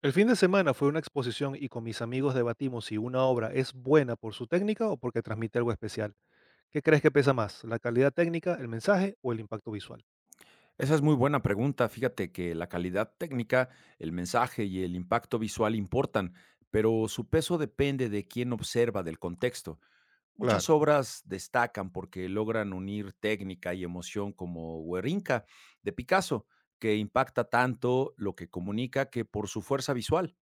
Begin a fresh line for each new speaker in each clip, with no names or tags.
El fin de semana fue una exposición y con mis amigos debatimos si una obra es buena por su técnica o porque transmite algo especial. ¿Qué crees que pesa más, la calidad técnica, el mensaje o el impacto visual?
Esa es muy buena pregunta. Fíjate que la calidad técnica, el mensaje y el impacto visual importan, pero su peso depende de quién observa, del contexto. Muchas
Claro.
obras destacan porque logran unir técnica y emoción como Guerrinca de Picasso, que impacta tanto lo que comunica que por su fuerza visual.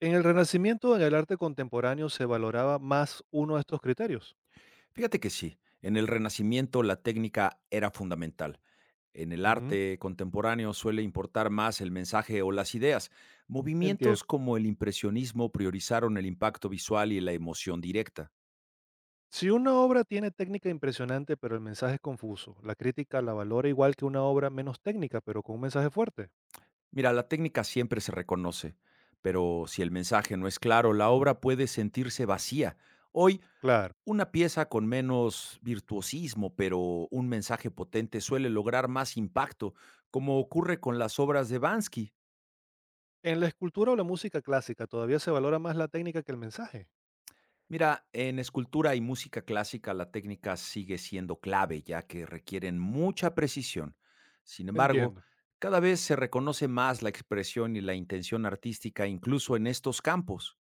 En el Renacimiento, en el arte contemporáneo, se valoraba más uno de estos criterios.
Fíjate que sí, en el Renacimiento la técnica era fundamental. En el
Ujú.
arte contemporáneo suele importar más el mensaje o las ideas. Movimientos
Entiendo.
como el impresionismo priorizaron el impacto visual y la emoción directa.
Si una obra tiene técnica impresionante pero el mensaje es confuso, la crítica la valora igual que una obra menos técnica pero con un mensaje fuerte.
Mira, la técnica siempre se reconoce, pero si el mensaje no es claro, la obra puede sentirse vacía. Hoy,
Claro.
una pieza con menos virtuosismo, pero un mensaje potente suele lograr más impacto, como ocurre con las obras de Bansky.
En la escultura o la música clásica todavía se valora más la técnica que el mensaje.
Mira, en escultura y música clásica la técnica sigue siendo clave, ya que requieren mucha precisión. Sin embargo,
Entiendo.
cada vez se reconoce más la expresión y la intención artística incluso en estos campos.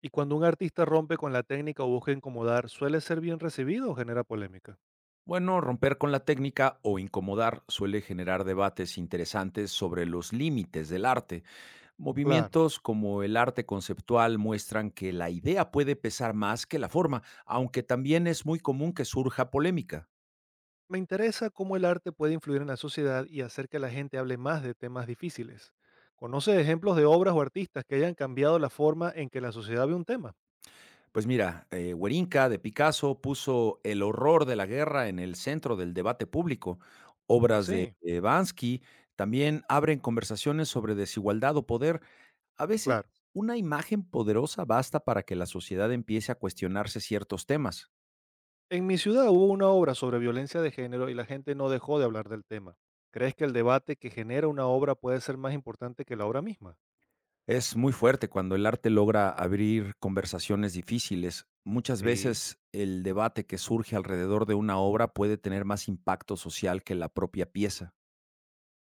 Y cuando un artista rompe con la técnica o busca incomodar, ¿suele ser bien recibido o genera polémica?
Bueno, romper con la técnica o incomodar suele generar debates interesantes sobre los límites del arte.
Claro.
Movimientos como el arte conceptual muestran que la idea puede pesar más que la forma, aunque también es muy común que surja polémica.
Me interesa cómo el arte puede influir en la sociedad y hacer que la gente hable más de temas difíciles. ¿Conoce ejemplos de obras o artistas que hayan cambiado la forma en que la sociedad ve un tema?
Pues mira, Guerinca de Picasso puso el horror de la guerra en el centro del debate público. Obras de
Así.
Bansky también abren conversaciones sobre desigualdad o poder. A veces
Claro.
una imagen poderosa basta para que la sociedad empiece a cuestionarse ciertos temas.
En mi ciudad hubo una obra sobre violencia de género y la gente no dejó de hablar del tema. ¿Crees que el debate que genera una obra puede ser más importante que la obra misma?
Es muy fuerte cuando el arte logra abrir conversaciones difíciles. Muchas
Sí.
veces el debate que surge alrededor de una obra puede tener más impacto social que la propia pieza.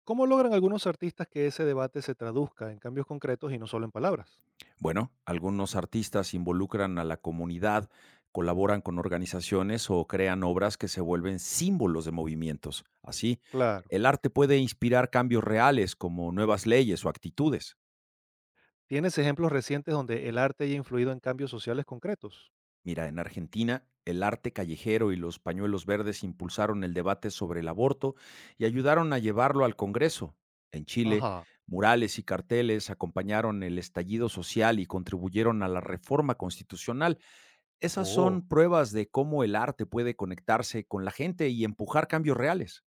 ¿Cómo logran algunos artistas que ese debate se traduzca en cambios concretos y no solo en palabras?
Bueno, algunos artistas involucran a la comunidad, colaboran con organizaciones o crean obras que se vuelven símbolos de movimientos. Así,
Claro.
el arte puede inspirar cambios reales como nuevas leyes o actitudes.
¿Tienes ejemplos recientes donde el arte haya influido en cambios sociales concretos?
Mira, en Argentina, el arte callejero y los pañuelos verdes impulsaron el debate sobre el aborto y ayudaron a llevarlo al Congreso. En Chile,
Ajá.
murales y carteles acompañaron el estallido social y contribuyeron a la reforma constitucional. Esas
Oh.
son pruebas de cómo el arte puede conectarse con la gente y empujar cambios reales.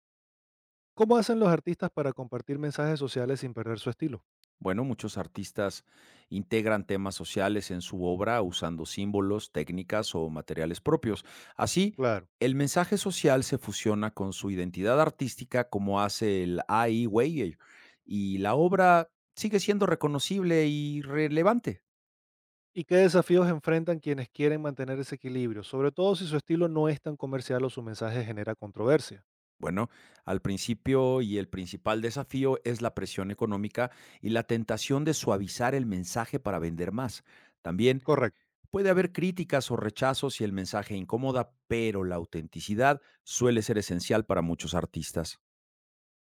¿Cómo hacen los artistas para compartir mensajes sociales sin perder su estilo?
Bueno, muchos artistas integran temas sociales en su obra usando símbolos, técnicas o materiales propios. Así,
Claro.
el mensaje social se fusiona con su identidad artística como hace el Ai Weiwei y la obra sigue siendo reconocible y relevante.
¿Y qué desafíos enfrentan quienes quieren mantener ese equilibrio, sobre todo si su estilo no es tan comercial o su mensaje genera controversia?
Bueno, al principio y el principal desafío es la presión económica y la tentación de suavizar el mensaje para vender más. También
Correcto.
puede haber críticas o rechazos si el mensaje incomoda, pero la autenticidad suele ser esencial para muchos artistas.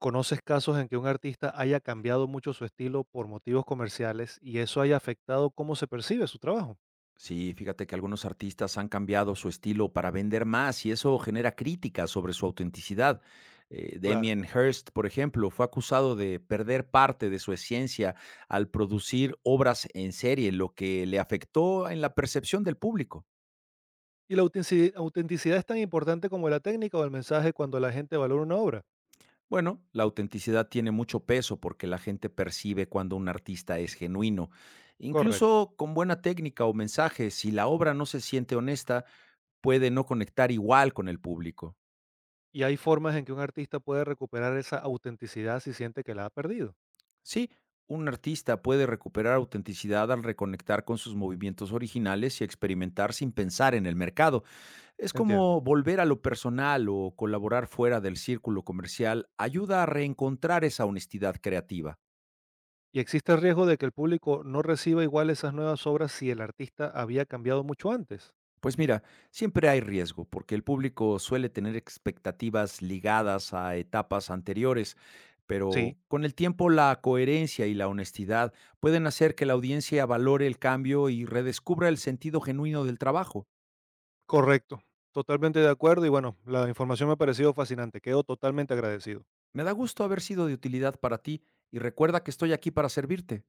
¿Conoces casos en que un artista haya cambiado mucho su estilo por motivos comerciales y eso haya afectado cómo se percibe su trabajo?
Sí, fíjate que algunos artistas han cambiado su estilo para vender más y eso genera críticas sobre su autenticidad.
Claro.
Damien Hirst, por ejemplo, fue acusado de perder parte de su esencia al producir obras en serie, lo que le afectó en la percepción del público.
Y la autenticidad es tan importante como la técnica o el mensaje cuando la gente valora una obra.
Bueno, la autenticidad tiene mucho peso porque la gente percibe cuando un artista es genuino.
Correcto.
Incluso con buena técnica o mensaje, si la obra no se siente honesta, puede no conectar igual con el público.
Y hay formas en que un artista puede recuperar esa autenticidad si siente que la ha perdido.
Sí, un artista puede recuperar autenticidad al reconectar con sus movimientos originales y experimentar sin pensar en el mercado. Es
Entiendo.
como volver a lo personal o colaborar fuera del círculo comercial ayuda a reencontrar esa honestidad creativa.
Y existe el riesgo de que el público no reciba igual esas nuevas obras si el artista había cambiado mucho antes.
Pues mira, siempre hay riesgo porque el público suele tener expectativas ligadas a etapas anteriores, pero
Sí,
con el tiempo la coherencia y la honestidad pueden hacer que la audiencia valore el cambio y redescubra el sentido genuino del trabajo.
correcto. Totalmente de acuerdo. Y bueno, la información me ha parecido fascinante. Quedo totalmente agradecido.
Me da gusto haber sido de utilidad para ti y recuerda que estoy aquí para servirte.